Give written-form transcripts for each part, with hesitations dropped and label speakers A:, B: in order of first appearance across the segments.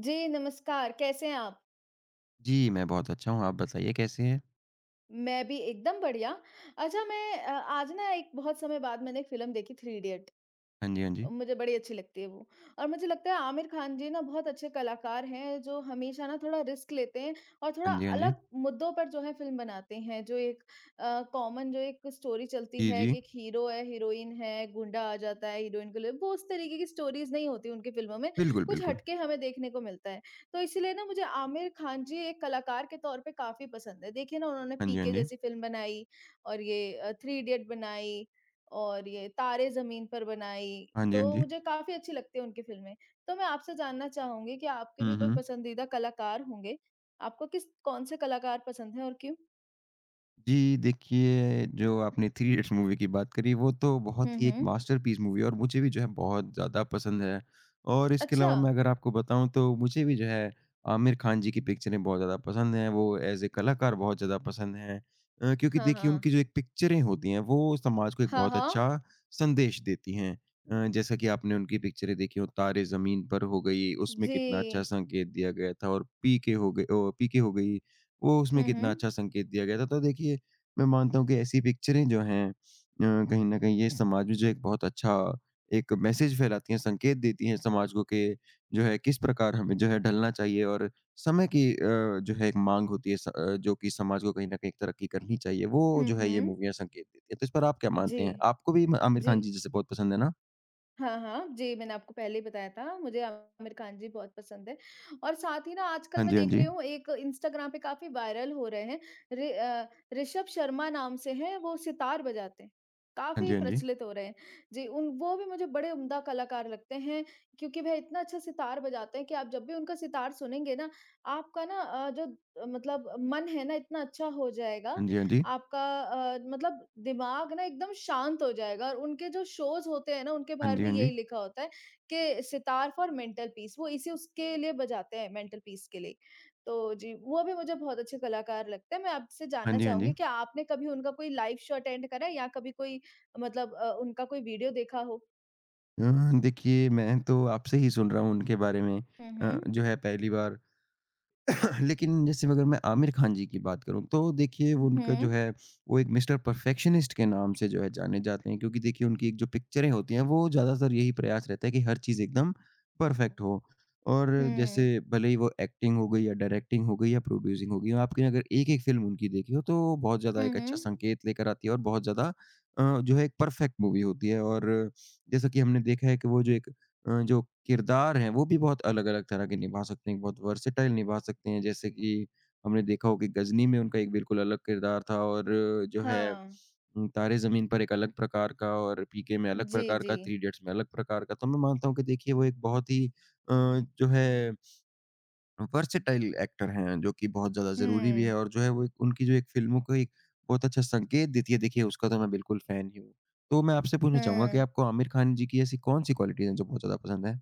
A: जी, नमस्कार, कैसे हैं आप?
B: जी, मैं बहुत अच्छा हूँ। आप बताइए कैसे हैं?
A: मैं भी एकदम बढ़िया। अच्छा मैं आज ना एक बहुत समय बाद मैंने एक फ़िल्म देखी थ्री इडियट।
B: हाँ जी, हाँ जी।
A: मुझे बड़ी अच्छी लगती है वो। और मुझे लगता है आमिर खान जी ना बहुत अच्छे कलाकार हैं जो हमेशा ना थोड़ा रिस्क लेते हैं और थोड़ा
B: हाँ जी, हाँ जी।
A: अलग मुद्दों पर जो है फ़िल्म बनाते हैं। जो एक कॉमन जो एक स्टोरी चलती
B: जी,
A: है
B: जी।
A: कि एक हीरो है, हीरोइन है, गुंडा आ जाता है हीरोइन को ले वो उस तरीके की स्टोरीज़ नहीं होती उनकी फ़िल्मों में,
B: बिल्कुल,
A: कुछ
B: बिल्कुल।
A: हटके हमें देखने को मिलता है। तो इसीलिए ना मुझे आमिर खान जी एक कलाकार के तौर पे काफ़ी पसंद है। देखिए ना उन्होंने
B: हाँ जी, हाँ
A: पीके
B: जी।
A: जैसी फ़िल्म बनाई और ये थ्री इडियट बनाई और ये तारे ज़मीन पर बनाई,
B: हाँ जी, हाँ
A: तो
B: जी।
A: मुझे काफ़ी अच्छी लगती है उनकी फ़िल्में। तो मैं आपसे जानना चाहूँगी कि आपके
B: हुँ,
A: भी कोई
B: हुँ।
A: पसंदीदा कलाकार होंगे? आपको किस कौन-से कलाकार पसंद हैं और क्यों?
B: जी, देखिए जो आपने थ्री इडियट्स मूवी की बात करी वो तो
A: हुँ,
B: बहुत ही एक
A: हुँ।
B: मास्टरपीस मूवी है और मुझे भी जो है बहुत ज़्यादा पसंद है। और इसके
A: अच्छा।
B: अलावा मैं अगर आपको बताऊँ तो मुझे भी जो है आमिर खान जी की पिक्चरें बहुत ज़्यादा पसंद हैं, वो ऐज़ ए कलाकार बहुत ज़्यादा पसंद हैं। क्योंकि
A: हाँ,
B: देखिए
A: हाँ।
B: उनकी जो एक पिक्चरें होती हैं वो समाज को एक
A: हाँ,
B: बहुत अच्छा
A: हाँ।
B: संदेश देती हैं। जैसा कि आपने उनकी पिक्चरें देखी हो तारे ज़मीन पर हो गई, उसमें
A: जी।
B: कितना अच्छा संकेत दिया गया था और पीके हो गई ओ पीके हो गई। वो उसमें
A: हुँ,
B: कितना
A: हुँ।
B: अच्छा संकेत दिया गया था। तो देखिए, मैं मानता हूँ कि ऐसी पिक्चरें जो हैं अ, कहीं न कहीं ये समाज में जो एक बहुत अच्छा एक मैसेज फैलाती हैं, संकेत देती हैं समाज को कि जो है किस प्रकार हमें जो है ढलना चाहिए और समय की जो है एक माँग होती है जो कि समाज को कहीं न कहीं तरक्की करनी चाहिए। वो
A: हुँ,
B: जो है ये
A: हुँ।
B: मूवियाँ संकेत देती हैं। तो इस पर आप क्या मानते
A: जी,
B: हैं? आपको भी म आमिर
A: जी।
B: खान जी जैसे बहुत पसंद है ना?
A: हाँ, हाँ। जी, मैंने आपको पहले ही बताया था, मुझे आमिर खान जी बहुत पसंद है और साथ ही ना आजकल
B: हाँ
A: मैं
B: जी, हाँ
A: देख
B: जी।
A: रही हूँ एक इंस्टाग्राम पे काफ़ी वायरल हो रहे हैं, ऋषभ शर्मा नाम से हैं, वो सितार बजाते हैं।
B: हाँ
A: काफ़ी
B: जी, हाँ जी।
A: प्रचलित हो रहे हैं। जी, उन वो भी मुझे बड़े उम्दा कलाकार लगते हैं क्योंकि वह इतना अच्छा सितार बजाते हैं कि आप जब भी उनका सितार सुनेंगे ना, आपका ना जो मतलब मन है ना इतना अच्छा हो जाएगा
B: हाँ जी, हाँ जी।
A: आपका मतलब दिमाग ना एकदम शांत हो जाएगा और उनके जो शोज़ होते हैं ना, उनके
B: हाँ
A: बाहर
B: जी,
A: भी
B: हाँ
A: यही
B: जी।
A: लिखा होता है कि सितार फॉर मेंटल पीस वो इसी उसके लिए बजाते हैं मेंटल पीस के लिए। तो जी, वो भी मुझे बहुत अच्छे कलाकार लगते हैं। मैं आपसे
B: हाँ
A: जानना
B: जी, हाँ जी। हाँ जी, हाँ
A: चाहूँगी
B: जी।
A: कि आपने कभी उनका कोई लाइव शो अटेंड करा है या कभी कोई मतलब उनका कोई वीडियो देखा हो?
B: अ, देखिए मैं तो आपसे ही सुन रहा हूँ उनके बारे में।
A: हुँ, हुँ।
B: जो है पहली बार लेकिन जैसे अगर मैं आमिर खान जी की बात करूँ तो देखिए वो
A: हुँ,
B: उनका जो
A: हुँ।
B: है वो एक मिस्टर परफेक्शनिस्ट के नाम से जो है जाने जाते हैं क्योंकि देखिए उनकी एक जो पिक्चरें होती हैं वो ज़्यादातर यही प्रयास रहता है कि हर चीज़ एकदम परफेक्ट हो। और जैसे भले ही वो एक्टिंग हो गई या डायरेक्टिंग हो गई या प्रोड्यूसिंग हो गई हो, आपने अगर एक-एक फ़िल्म उनकी देखी हो तो वो बहुत ज़्यादा
A: हुँ,
B: एक
A: हुँ।
B: अच्छा संकेत लेकर आती है और बहुत ज़्यादा जो है एक परफेक्ट मूवी होती है और जैसा कि हमने देखा है कि वो जो एक जो किरदार हैं, वो भी बहुत अलग-अलग तरह के निभा सकते हैं, बहुत वर्सेटाइल निभा सकते हैं। जैसे कि हमने देखा हो कि गज़नी में उनका एक बिल्कुल अलग किरदार था और जो है
A: हाँ।
B: तारे ज़मीन पर एक अलग प्रकार का और पीके में अलग
A: जी,
B: प्रकार
A: जी।
B: का, थ्री इडियट्स में अलग प्रकार का। तो मैं मानता हूँ कि देखिए वो एक बहुत ही अ, जो है वर्सेटाइल एक्टर हैं, जो कि बहुत ज़्यादा ज़रूरी भी है
A: हुँ,
B: और जो है वो एक उनकी जो एक फ़िल्मों को एक बहुत अच्छा संकेत देती है, देखिए उसका तो मैं बिल्कुल फ़ैन ही हूँ। तो मैं आपसे पूछना चाहूँगा कि
A: हुँ।
B: आपको आमिर खान जी की ऐसी कौन-सी क्वालिटीज़ हैं जो बहुत ज़्यादा पसंद हैं?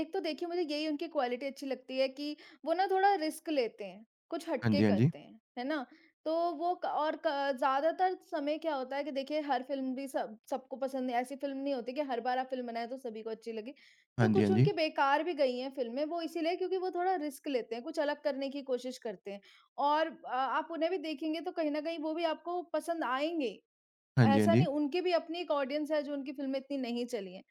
A: एक तो देखिए मुझे यही उनकी क्वालिटी अच्छी लगती है कि वो ना थोड़ा रिस्क लेते हैं, कुछ
B: हाँ जी,
A: हटके
B: हाँ जी।
A: करते हैं, है ना? तो वो क और क ज़्यादातर समय क्या होता है कि देखिए हर फ़िल्म भी सब सबको पसंद है, ऐसी फ़िल्म नहीं होती कि हर बार आप फ़िल्म बनाएँ तो सभी को अच्छी लगे।
B: हाँ
A: तो
B: जी, हाँ
A: कुछ
B: जी।
A: उनकी बेकार भी गई हैं फ़िल्में, वो इसीलिए क्योंकि वो थोड़ा रिस्क लेते हैं, कुछ अलग करने की कोशिश करते हैं। और आप उन्हें भी देखेंगे तो कहीं न कहीं वो भी आपको पसंद आएँगे।
B: हाँ जी, हाँ
A: ऐसा
B: जी।
A: नहीं उनकी भी अपनी एक ऑडियंस है जो उनकी फ़िल्में इतनी नहीं चली हैं।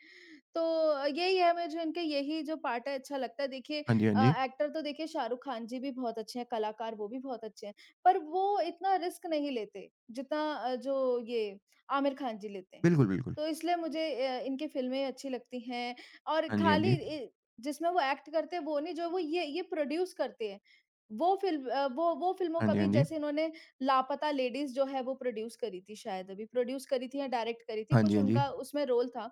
A: तो यही है मुझे इनके यही जो पार्ट है अच्छा लगता है। देखिए
B: हाँ जी, हाँ जी।
A: एक्टर तो देखिए शाहरुख खान जी भी बहुत अच्छे हैं, कलाकार वो भी बहुत अच्छे हैं। पर वो इतना रिस्क नहीं लेते जितना जो ये आमिर खान जी लेते हैं।
B: बिल्कुल, बिल्कुल।
A: तो इसलिए मुझे इनकी फ़िल्में अच्छी लगती हैं और
B: हाँ जी, हाँ
A: खाली
B: जी।
A: इ जिसमें वो एक्ट करते हैं वो नहीं जो वो ये प्रोड्यूस करते हैं। वो फ़िल्मों
B: हाँ
A: का
B: जी, हाँ
A: भी
B: जी।
A: जैसे इन्होंने लापता लेडीज़ जो है वो प्रोड्यूस करी थी शायद अभी प्रोड्यूस करी थी या डायरेक्ट करी थी
B: हाँ जी,
A: कुछ
B: हाँ जी।
A: उनका उसमें रोल था।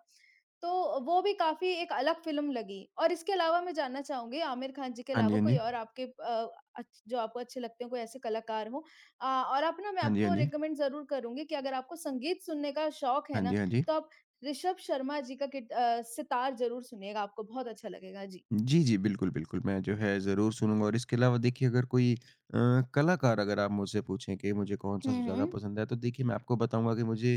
A: तो वो भी काफ़ी एक अलग फ़िल्म लगी और इसके अलावा मैं जानना चाहूँगी आमिर खान जी के
B: हाँ जी,
A: अलावा
B: हाँ
A: कोई
B: जी।
A: और आपके अच्छ जो आपको अच्छे लगते हो कोई ऐसे कलाकार हो? और आप ना मैं
B: हाँ जी, हाँ जी। हाँ
A: आपको
B: जी, हाँ जी।
A: रिकमेंड ज़रूर करूँगी कि अगर आपको संगीत सुनने का शौक
B: हाँ
A: है
B: जी,
A: ना,
B: हाँ जी।
A: तो आप ऋषभ शर्मा जी का सितार ज़रूर सुनिएगा, आपको बहुत अच्छा लगेगा। जी।
B: जी, जी। बिल्कुल, बिल्कुल। मैं जो है ज़रूर सुनूँगा और इसके अलावा देखिए अगर कोई अ, कलाकार अगर आप मुझसे पूछें कि मुझे कौन-सा
A: हुँ,
B: सबसे ज़्यादा
A: हुँ।
B: पसंद है, तो देखिए मैं आपको बताऊँगा कि मुझे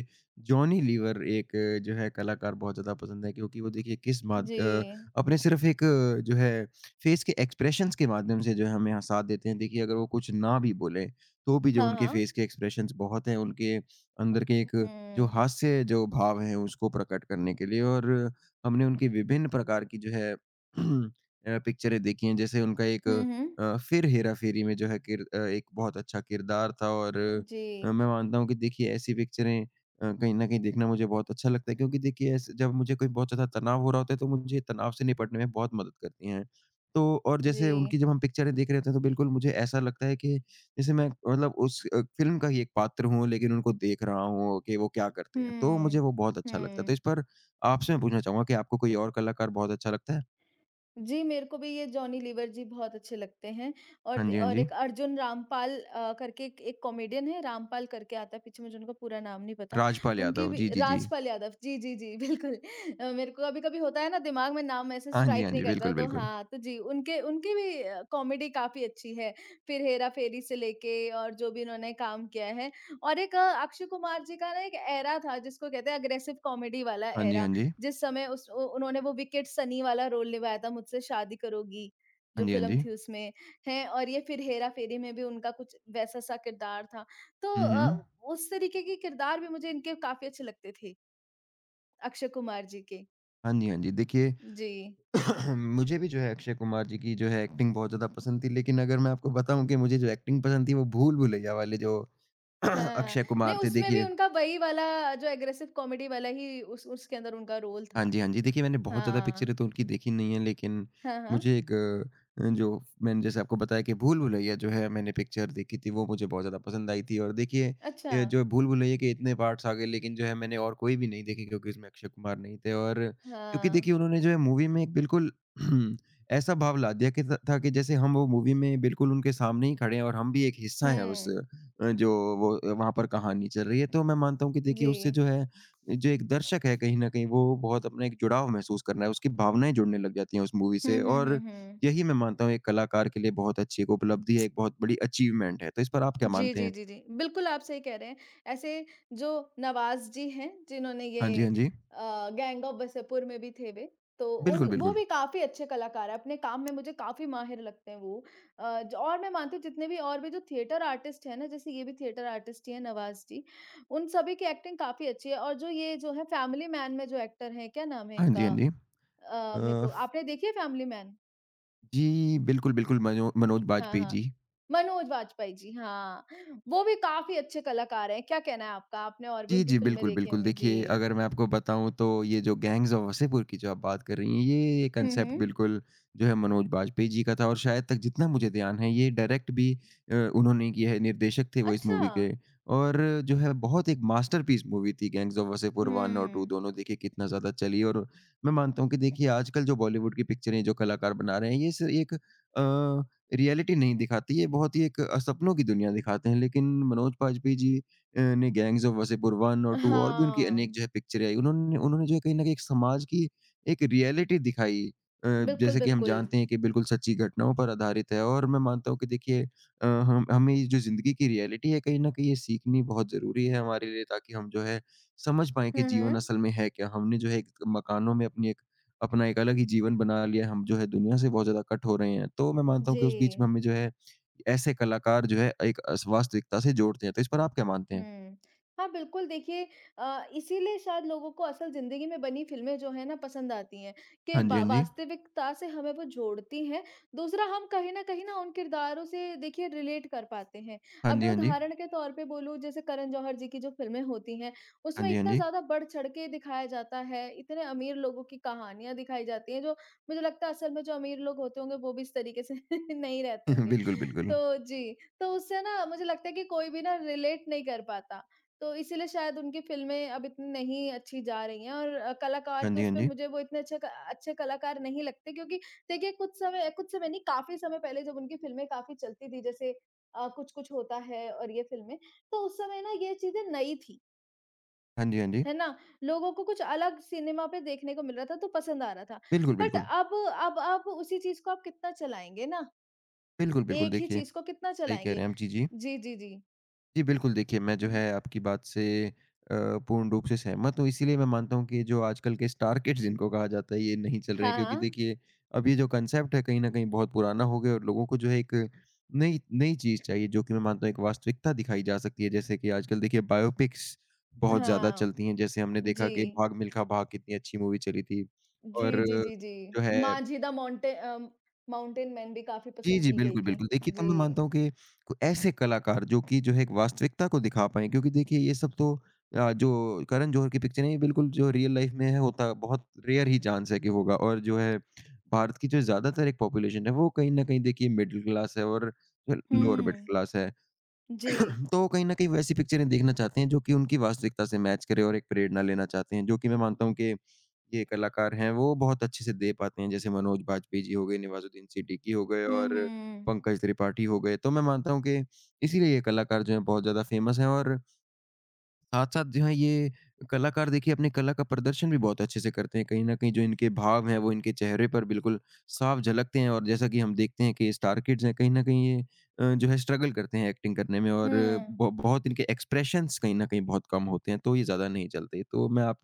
B: जॉनी लीवर एक जो है कलाकार बहुत ज़्यादा पसंद है क्योंकि वो देखिए
A: जी।
B: अपने सिर्फ़ एक जो है फ़ेस के एक्सप्रेशंस के माध्यम से जो है हमें यहाँ साथ देते हैं। देखिए अगर वो कुछ ना भी बोलें, तो भी जो
A: हाँ,
B: उनके
A: हाँ।
B: फ़ेस के एक्सप्रेशंस बहुत हैं, उनके अंदर के एक जो
A: हुँ।
B: हास्य जो भाव हैं उसको प्रकट करने के लिए और हमने उनकी विभिन्न प्रकार की जो है पिक्चरें देखी हैं। जैसे उनका एक
A: हुँ, हुँ।
B: फिर हेरा-फेरी में जो है एक बहुत अच्छा किरदार था और
A: जी।
B: मैं मानता हूँ कि देखिए ऐसी पिक्चरें कहीं न कहीं देखना मुझे बहुत अच्छा लगता है क्योंकि देखिए ऐसे जब मुझे कोई बहुत ज़्यादा तनाव हो रहा होता है तो मुझे तनाव से निपटने में बहुत मदद करती हैं। तो और जैसे
A: जी।
B: उनकी जब हम पिक्चरें देख रहे होते हैं तो बिल्कुल मुझे ऐसा लगता है कि जैसे मैं मतलब उस फ़िल्म का ही एक पात्र हूँ लेकिन उनको देख रहा हूँ कि वो क्या करते हैं। तो मुझे
A: हुँ।
B: वो बहुत अच्छा लगता है। तो
A: हुँ।
B: इस पर आपसे मैं पूछना चाहूँगा कि आपको कोई और कलाकार बहुत अच्छा लगता है?
A: जी, मेरे को भी ये जॉनी लीवर जी बहुत अच्छे लगते हैं और
B: हाँ जी, हाँ
A: और
B: जी।
A: एक अर्जुन रामपाल करके एक एक कॉमेडियन है, रामपाल करके आता है पीछे मुझे उनका पूरा नाम नहीं पता।
B: राजपाल
A: उनके
B: यादव,
A: भी
B: जी, जी, जी।
A: राजपाल यादव जी, जी, जी, बिल्कुल मेरे को कभी-कभी होता है ना दिमाग में नाम ऐसे
B: हाँ जी,
A: स्ट्राइक
B: हाँ
A: नहीं
B: जी,
A: करता
B: बिल्कुल,
A: तो
B: बिल्कुल।
A: हाँ, तो जी, उनके उनकी भी कॉमेडी काफ़ी अच्छी है। फिर हेरा-फेरी से लेके और जो भी उन्होंने काम किया है और एक अक्षय कुमार जी का ना एक एरा था जिसको कहते हैं अग्रेसिव कॉमेडी वाला
B: हाँ जी, हाँ
A: एरा।
B: जी।
A: जिस समय उस उ उन्होंने वो विकेट सनी वाला रोल निभाया था मुझसे शादी करोगी जो
B: हाँ जी, हाँ
A: फ़िल्म
B: जी।
A: थी उसमें, हैं और ये फिर हेरा-फेरी में भी उनका कुछ वैसा-सा किरदार था। तो
B: हुँ, हुँ।
A: उस तरीके के किरदार भी मुझे इनके काफ़ी अच्छे लगते थे, अक्षय कुमार जी के।
B: हाँ जी, हाँ जी। देखिए
A: जी।
B: मुझे भी जो है अक्षय कुमार जी की जो है एक्टिंग बहुत ज़्यादा पसंद थी, लेकिन अगर मैं आपको बताऊँ कि मुझे जो एक्टिंग पसंद थी वो भूल भुलैया वाले जो
A: हाँ,
B: अक्षय
A: नहीं
B: कुमार थे,
A: उसमें भी
B: देखिए
A: उनका वही वाला जो एग्रेसिव कॉमेडी वाला ही उस उसके अंदर उनका रोल
B: हाँ
A: था।
B: जी, हाँ जी। देखिए, मैंने बहुत ज़्यादा
A: हाँ।
B: पिक्चरें तो उनकी देखी नहीं है लेकिन
A: हाँ, हाँ।
B: मुझे एक जो मैंने जैसे आपको बताया कि भूल-भुलैया जो है मैंने पिक्चर देखी थी, वो मुझे बहुत ज़्यादा पसंद आई थी और देखिए
A: अच्छा।
B: जो भूल-भुलैया के इतने पार्ट्स आ गए लेकिन जो है मैंने और कोई भी नहीं देखी क्योंकि उसमें अक्षय कुमार नहीं थे और क्योंकि
A: हाँ।
B: देखिए उन्होंने जो है मूवी में एक बिल्कुल ऐसा भाव ला दिया कि था कि जैसे हम वो मूवी में बिल्कुल उनके सामने ही खड़े हैं और हम भी एक हिस्सा हैं उस
A: हुँ।
B: जो वो वहाँ पर कहानी चल रही है। तो मैं मानता हूँ कि देखिए
A: जी।
B: उससे जो है जो एक दर्शक है कहीं न कहीं वो बहुत अपना एक जुड़ाव महसूस कर रहा है, उसकी भावनाएँ जुड़ने लग जाती हैं उस मूवी से
A: हुँ, हुँ, हुँ,
B: और
A: हुँ।
B: यही मैं मानता हूँ एक कलाकार के लिए बहुत अच्छी एक उपलब्धि है, एक बहुत बड़ी अचीवमेंट है। तो इस पर आप क्या
A: जी,
B: मानते
A: जी,
B: हैं?
A: जी, जी। बिल्कुल, आप सही कह रहे हैं। ऐसे जो नवाज़ जी हैं, जिन्होंने
B: हाँ जी, हाँ
A: ये
B: जी।
A: गैंग ऑफ वासेपुर में भी थे वे, तो उन
B: बिल्कुल,
A: वो
B: बिल्कुल।
A: भी काफ़ी अच्छे कलाकार हैं। अपने काम में मुझे काफ़ी माहिर लगते हैं वो। ज और मैं मानती हूँ जितने भी और भी जो थिएटर आर्टिस्ट हैं ना, जैसे ये भी थिएटर आर्टिस्ट ही हैं नवाज़ जी, उन सभी की एक्टिंग काफ़ी अच्छी है और जो ये जो है फैमिली मैन में जो एक्टर हैं, क्या नाम है
B: हाँ जी,
A: इनका?
B: हाँ जी।
A: मेरे
B: अ,
A: को आपने देखी है फैमिली मैन?
B: जी, बिल्कुल, बिल्कुल, मनोज
A: हाँ,
B: बाजपेयी
A: हाँ।
B: जी।
A: मनोज वाजपेयी जी, हाँ। वो भी काफ़ी अच्छे कलाकार हैं। क्या कहना है आपका? आपने और भी
B: जी,
A: उनकी
B: जी।
A: फ़िल्में
B: बिल्कुल,
A: देखी
B: बिल्कुल।
A: होंगी? जी।
B: देखिए, अगर मैं आपको बताऊँ तो ये जो गैंग्स ऑफ वसेपुर की जो आप बात कर रही हैं, ये
A: हुँ,
B: कॉन्सेप्ट
A: हुँ।
B: बिल्कुल जो है मनोज बाजपेयी जी का था और शायद तक जितना मुझे ध्यान है ये डायरेक्ट भी उन्होंने ही किया है, निर्देशक थे वो इस मूवी के
A: अच्छा।
B: और जो है बहुत एक मास्टरपीस मूवी थी गैंग्स ऑफ वसेपुर 1 और 2
A: हुँ।
B: दोनों देखिए कितना ज़्यादा चली और मैं मानता हूँ कि देखिए आजकल जो बॉलीवुड की पिक्चरें जो कलाकार बना रहे हैं, ये सिर्फ़ एक रियलिटी नहीं दिखाती, ये बहुत ही एक सपनों की दुनिया दिखाते हैं। लेकिन मनोज बाजपेयी जी ने गैंग्स ऑफ वासेपुर 1 और 2 और भी उनकी अनेक
A: हाँ।
B: जो है पिक्चरें आई। उन्होंने उन्होंने जो है कहीं न कहीं एक समाज की एक रियलिटी दिखाई अ,
A: बिल्कुल,
B: जैसे कि हम
A: बिल्कुल।
B: जानते हैं कि बिल्कुल सच्ची घटनाओं पर आधारित है और मैं मानता हूँ कि देखिए हम हमें ये जो ज़िंदगी की रियलिटी है कहीं न कहीं ये सीखनी बहुत ज़रूरी है हमारे लिए ताकि हम जो है समझ पाएँ कि
A: हुँ,
B: जीवन
A: हुँ।
B: असल में है क्या? हमने जो है एक मकानों में अपनी एक अपना एक अलग ही जीवन बना लिया है, हम जो है दुनिया से बहुत ज़्यादा कट हो रहे हैं। तो मैं मानता हूँ
A: जी।
B: कि उस बीच में हमें जो है ऐसे कलाकार जो है एक अस वास्तविकता से जोड़ते हैं। तो इस पर आप क्या मानते हैं?
A: हुँ। हाँ, बिल्कुल देखिए इसीलिए शायद लोगों को असल ज़िंदगी में बनी फ़िल्में जो हैं ना पसंद आती हैं, कि
B: हाँ जी,
A: वा
B: हाँ जी।
A: वास्तविकता से हमें वो जोड़ती हैं। दूसरा हम कहीं न कहीं ना उन किरदारों से देखिए रिलेट कर पाते हैं।
B: हाँ
A: अब
B: जी,
A: मैं
B: हाँ जी।
A: उदाहरण के तौर पे बोलूँ जैसे करण जौहर जी की जो फ़िल्में होती हैं,
B: हाँ
A: उसमें
B: जी, हाँ
A: इतना
B: जी।
A: ज़्यादा बढ़-चढ़ के दिखाया जाता है, इतने अमीर लोगों की कहानियाँ दिखाई जाती हैं, जो मुझे लगता है असल में जो अमीर लोग होते होंगे वो भी इस तरीके से नहीं रहते होंगे।
B: बिल्कुल, बिल्कुल।
A: तो जी। तो उससे ना मुझे लगता है कि कोई भी ना रिलेट नहीं कर पाता। तो इसीलिए शायद उनकी फ़िल्में अब इतनी नहीं अच्छी जा रही हैं और कलाकार
B: हाँ
A: के
B: जी, हाँ
A: उसमें
B: जी।
A: मुझे वो इतने अच्छे क अच्छे कलाकार नहीं लगते क्योंकि देखिए कुछ समय नहीं काफ़ी समय पहले जब उनकी फ़िल्में काफ़ी चलती थी जैसे कुछ-कुछ होता है और ये फ़िल्में, तो उस समय ना ये चीज़ें नई थी,
B: हाँ जी, हाँ जी।
A: है ना? लोगों को कुछ अलग सिनेमा पे देखने को मिल रहा था तो पसंद आ रहा था।
B: बिल्कुल,
A: बट
B: बिल्कुल।
A: अब आप उसी चीज़ को आप कितना चलाएँगे ना?
B: बिल्कुल, बिल्कुल।
A: एक ही
B: देखिए,
A: चीज़ को कितना
B: सही कह
A: चलाएँगे?
B: रहे हैं आप। जी, जी।
A: जी, जी,
B: जी, बिल्कुल देखिए, मैं
A: जी।
B: जो है आपकी बात से अ, पूर्ण रूप से सहमत हूँ। इसीलिए मैं मानता हूँ कि जो आजकल के स्टार किड्स जिनको कहा जाता है, ये नहीं चल रहे हैं
A: हाँ,
B: क्योंकि
A: हाँ।
B: देखिए, अब ये जो कॉन्सेप्ट है कहीं न कहीं बहुत पुराना हो गया और लोगों को जो है एक नई नई चीज़ चाहिए जो कि मैं मानता हूँ एक वास्तविकता दिखाई जा सकती है। जैसे कि आजकल देखिए बायोपिक्स बहुत ज़्यादा
A: हाँ,
B: चलती हैं। जैसे हमने देखा कि
A: जी।
B: भाग मिल्खा भाग कितनी अच्छी मूवी चली थी
A: जी,
B: और
A: जी, जी,
B: जो है
A: जी। Manjhi the mountain uh, mountain man भी काफ़ी
B: जी,
A: पसंद
B: जी,
A: की गई
B: बिल्कुल,
A: थी।
B: बिल्कुल। देखिए, तो मैं मानता
A: जी।
B: हूँ कि को ऐसे कलाकार जो कि जो है एक वास्तविकता को दिखा पाएँ क्योंकि देखिए ये सब तो जो करण जौहर की पिक्चरें हैं, ये बिल्कुल जो रियल लाइफ़ में है होता बहुत रेयर ही चांस है कि होगा और जो है भारत की जो ज़्यादातर एक पॉपुलेशन है, वो कहीं न कहीं देखिए मिडल क्लास है और लोअर मिडल
A: हुँ,
B: क्लास है।
A: जी।
B: तो कहीं न कहीं वैसी पिक्चरें देखना चाहते हैं जो कि उनकी वास्तविकता से मैच करे और एक प्रेरणा लेना चाहते हैं, जो कि मैं मानता हूँ कि ये कलाकार हैं, वो बहुत अच्छे से दे पाते हैं। जैसे मनोज बाजपेयी जी हो गए, नवाज़ुद्दीन सिद्दीकी हो गए
A: हुँ,
B: और
A: हुँ।
B: पंकज त्रिपाठी हो गए। तो मैं मानता हूँ कि इसीलिए ये कलाकार जो हैं बहुत ज़्यादा फ़ेमस हैं और साथ-साथ जो है ये कलाकार देखिए अपनी कला का प्रदर्शन भी बहुत अच्छे से करते हैं। कहीं न कहीं जो इनके भाव हैं वो इनके चेहरे पर बिल्कुल साफ झलकते हैं और जैसा कि हम देखते हैं कि स्टार किड्स हैं कहीं न कहीं ये जो है स्ट्रगल करते हैं एक्टिंग करने में और
A: हुँ।
B: ब बहुत इनके एक्सप्रेशंस कहीं न कहीं बहुत कम होते हैं, तो ये ज़्यादा नहीं चलते। तो मैं आप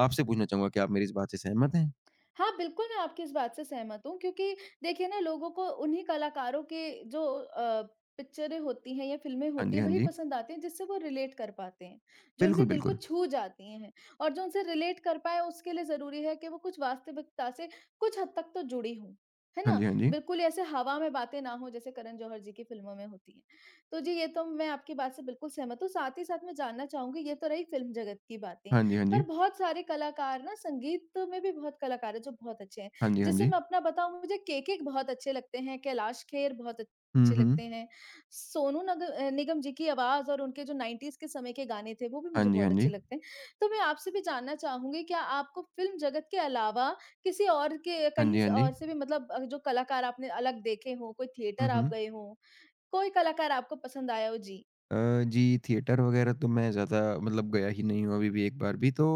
B: आपसे पूछना चाहूँगा क्या आप मेरी इस बात से सहमत हैं?
A: हाँ, बिल्कुल, मैं आपकी इस बात से सहमत हूँ क्योंकि देखिए ना लोगों को उन्हीं कलाकारों के जो पिक्चरें होती हैं या फ़िल्में
B: हाँ
A: होती
B: जी,
A: हैं
B: हाँ
A: वही
B: जी।
A: पसंद आती हैं जिससे वो रिलेट कर पाते हैं, जो उनके
B: बिल्कुल,
A: दिल को
B: बिल्कुल।
A: छू जाती हैं और जो उनसे रिलेट कर पाएँ उसके लिए ज़रूरी है कि वो कुछ वास्तविकता से कुछ हद तक तो जुड़ी हों, है
B: हाँ
A: ना?
B: जी, हाँ जी।
A: बिल्कुल ऐसे हवा में बातें ना हों जैसे करण जौहर जी की फ़िल्मों में होती हैं। तो जी, ये तो मैं आपकी बात से बिल्कुल सहमत हूँ, साथ ही साथ मैं जानना चाहूँगी ये तो रही फ़िल्म जगत की बातें।
B: हाँ जी, हाँ जी।
A: पर बहुत सारे कलाकार ना संगीत में भी बहुत कलाकार हैं जो बहुत अच्छे हैं।
B: हाँ जी, हाँ
A: जैसे
B: जी।
A: मैं अपना बताऊँ मुझे के.के बहुत अच्छे लगते हैं, कैलाश खेर बहुत
B: हुँ,
A: अच्छे
B: हुँ।
A: लगते हैं, सोनू निगम जी की आवाज़ और उनके जो 90s के समय के गाने थे वो भी
B: हाँ
A: मुझे
B: जी, हाँ
A: बहुत अच्छे
B: जी।
A: लगते हैं। तो मैं आपसे भी जानना चाहूँगी क्या आपको फ़िल्म जगत के अलावा किसी और के
B: हाँ
A: कहीं
B: जी, हाँ
A: से
B: जी।
A: और से भी मतलब जो कलाकार आपने अलग देखे हों, कोई
B: हुँ,
A: थिएटर आप
B: हुँ।
A: गए हों, कोई कलाकार आपको पसंद आया हो? जी।
B: अ, जी, थिएटर वगैरह तो मैं ज़्यादा मतलब गया ही नहीं हूँ अभी भी एक बार भी। तो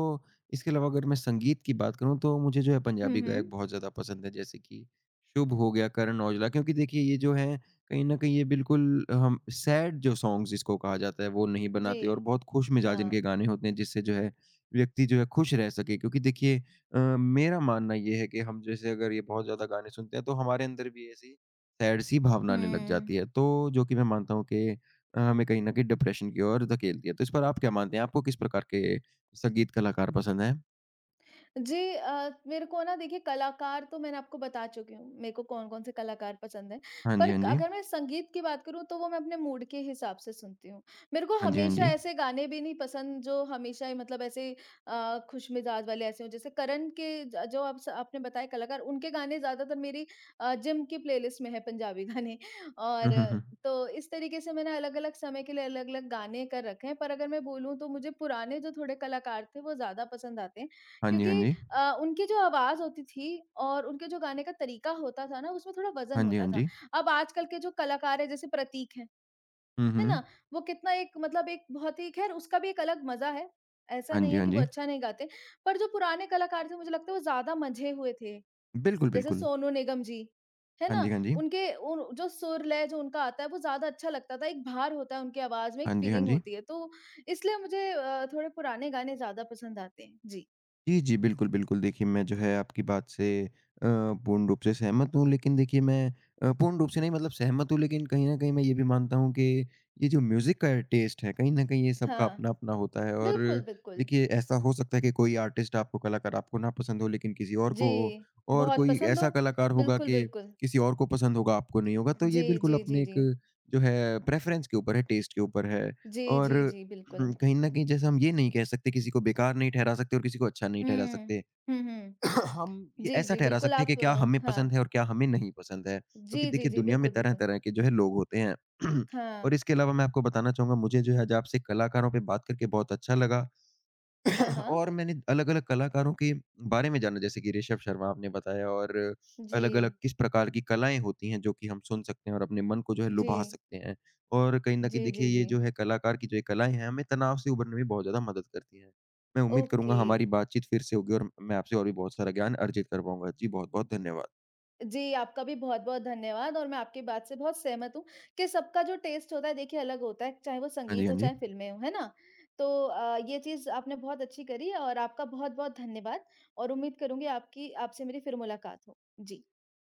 B: इसके अलावा अगर मैं संगीत की बात करूँ तो मुझे जो है
A: हुँ,
B: पंजाबी
A: हुँ।
B: गायक बहुत ज़्यादा पसंद है जैसे कि शुभ हो गया, करण औजला क्योंकि देखिए ये जो है कहीं न कहीं ये बिल्कुल हम सैड जो सॉन्ग्स जिसको कहा जाता है वो नहीं
A: जी,
B: बनाते और बहुत खुशमिजाज इनके
A: हाँ।
B: गाने होते हैं जिससे जो है व्यक्ति जो है खुश रह सके। क्योंकि देखिए मेरा मानना ये है कि हम जैसे अगर ये बहुत ज़्यादा गाने सुनते हैं तो हमारे अंदर भी ऐसी सैड सी भावना आने लग
A: हुँ।
B: जाती है। तो जो कि मैं मानता हूँ कि हमें कहीं न कहीं डिप्रेशन की ओर धकेल दिया। तो इस पर आप क्या मानते हैं? आपको किस प्रकार के संगीत कलाकार पसंद हैं?
A: जी मेरे को ना देखिए कलाकार तो मैंने आपको बता चुकी हूँ, मेरे को कौन-कौन से कलाकार पसंद हैं।
B: हाँ जी,
A: पर
B: हाँ जी।
A: अगर मैं संगीत की बात करूँ तो वो मैं अपने मूड के हिसाब से सुनती हूँ। मेरे को
B: हाँ जी, हाँ
A: हमेशा
B: जी।
A: ऐसे गाने भी नहीं पसंद जो हमेशा ही मतलब ऐसे खुशमिजाज वाले ऐसे हों। जैसे करण के ज जो आप स आपने बताए कलाकार उनके गाने ज़्यादातर मेरी जिम की प्लेलिस्ट में है पंजाबी गाने।
B: हुँ,
A: और
B: हुँ, हुँ।
A: तो इस तरीके से मैंने अलग-अलग समय के लिए अलग-अलग गाने कर रखे हैं। पर अगर मैं बोलूँ तो मुझे पुराने जो थोड़े कलाकार थे वो ज़्यादा पसंद आते हैं।
B: हाँ जी, हाँ
A: क्योंकि
B: जी।
A: उनकी जो आवाज़ होती थी और उनके जो गाने का तरीका होता था ना, उसमें थोड़ा वज़न
B: हाँ जी, हाँ
A: होता था।
B: जी।
A: अब आजकल के जो कलाकार हैं जैसे प्रतीक हैं,
B: हुँ,
A: है
B: हुँ।
A: ना? वो कितना एक मतलब एक बहुत ही ख़ैर उसका भी एक अलग मज़ा है। ऐसा
B: हाँ
A: नहीं
B: जी,
A: है
B: हाँ
A: कि वो
B: जी।
A: अच्छा नहीं गाते, पर जो पुराने कलाकार थे मुझे लगता है वो ज़्यादा मंझे हुए थे।
B: बिल्कुल,
A: जैसे
B: बिल्कुल।
A: सोनू निगम जी, है
B: हाँ
A: ना?
B: जी, हाँ जी।
A: उनके उन जो सुर लय जो उनका आता है वो ज़्यादा अच्छा लगता था। एक भार होता है उनकी आवाज़ में,
B: हाँ
A: एक
B: जी, हाँ
A: फ़ीलिंग
B: जी।
A: होती है। तो इसलिए मुझे थोड़े पुराने गाने ज़्यादा पसंद आते हैं। जी।
B: जी, जी। बिल्कुल, बिल्कुल। देखिए, मैं जो है आपकी बात से अ, पूर्ण रूप से सहमत हूँ, लेकिन देखिए मैं पूर्ण रूप से नहीं मतलब सहमत हूँ, लेकिन कहीं न कहीं मैं ये भी मानता हूँ कि ये जो म्यूज़िक का टेस्ट है, कहीं न कहीं ये सबका
A: हाँ।
B: अपना-अपना होता है और
A: बिल्कुल, बिल्कुल।
B: देखिए ऐसा हो सकता है कि कोई आर्टिस्ट आपको कलाकार आपको ना पसंद हो, लेकिन किसी और को हो
A: जी,
B: और
A: बहुत
B: कोई
A: पसंद हो।
B: ऐसा कलाकार होगा
A: बिल्कुल,
B: कि
A: बिल्कुल।
B: किसी और को पसंद होगा, आपको नहीं होगा। तो ये
A: जी,
B: बिल्कुल
A: जी,
B: अपने
A: जी,
B: एक
A: जी।
B: जो है प्रेफ़रेंस के ऊपर है, टेस्ट के ऊपर है
A: जी,
B: और
A: जी, जी, बिल्कुल।
B: कहीं न कहीं जैसे हम ये नहीं कह सकते किसी को बेकार नहीं ठहरा सकते और किसी को अच्छा नहीं ठहरा
A: हुँ।
B: सकते।
A: हुँ, हुँ।
B: हम ये
A: जी,
B: ऐसा
A: जी,
B: ठहरा
A: बिल्कुल
B: सकते हैं
A: आप
B: कि क्या हमें पसंद
A: हाँ।
B: है और क्या हमें नहीं पसंद है।
A: जी,
B: क्योंकि
A: जी,
B: देखिए
A: जी,
B: दुनिया में
A: बिल्कुल, बिल्कुल।
B: तरह-तरह के जो है लोग होते हैं। और
A: हाँ।
B: इसके अलावा मैं आपको बताना चाहूँगा मुझे जो है आज आपसे कलाकारों पे बात करके बहुत अच्छा लगा।
A: हाँ, हाँ।
B: और मैंने अलग-अलग कलाकारों के बारे में जाना जैसे कि ऋषभ शर्मा आपने बताया और
A: जी।
B: अलग-अलग किस प्रकार की कलाएँ होती हैं जो कि हम सुन सकते हैं और अपने मन को जो है
A: जी।
B: लुभा सकते हैं। और कहीं न कहीं
A: जी,
B: देखिए
A: जी,
B: ये
A: जी।
B: जो है कलाकार की जो ये कलाएँ हैं हमें तनाव से उभरने में बहुत ज़्यादा मदद करती हैं। मैं उम्मीद करूँगा
A: ओके।
B: हमारी बातचीत फिर से होगी और मैं आपसे और भी बहुत सारा ज्ञान अर्जित कर पाऊँगा। जी बहुत-बहुत धन्यवाद।
A: जी, आपका भी बहुत-बहुत धन्यवाद और मैं आपकी बात से बहुत सहमत हूँ कि सबका जो टेस्ट होता है देखिए अलग होता है, चाहे वो
B: हाँ जी,
A: संगीत
B: हाँ
A: हो,
B: जी।
A: चाहे फ़िल्में हों, है ना? तो ये चीज़ आपने बहुत अच्छी करी और आपका बहुत-बहुत धन्यवाद और उम्मीद करूँगी आपकी आपसे मेरी फिर मुलाकात हो। जी।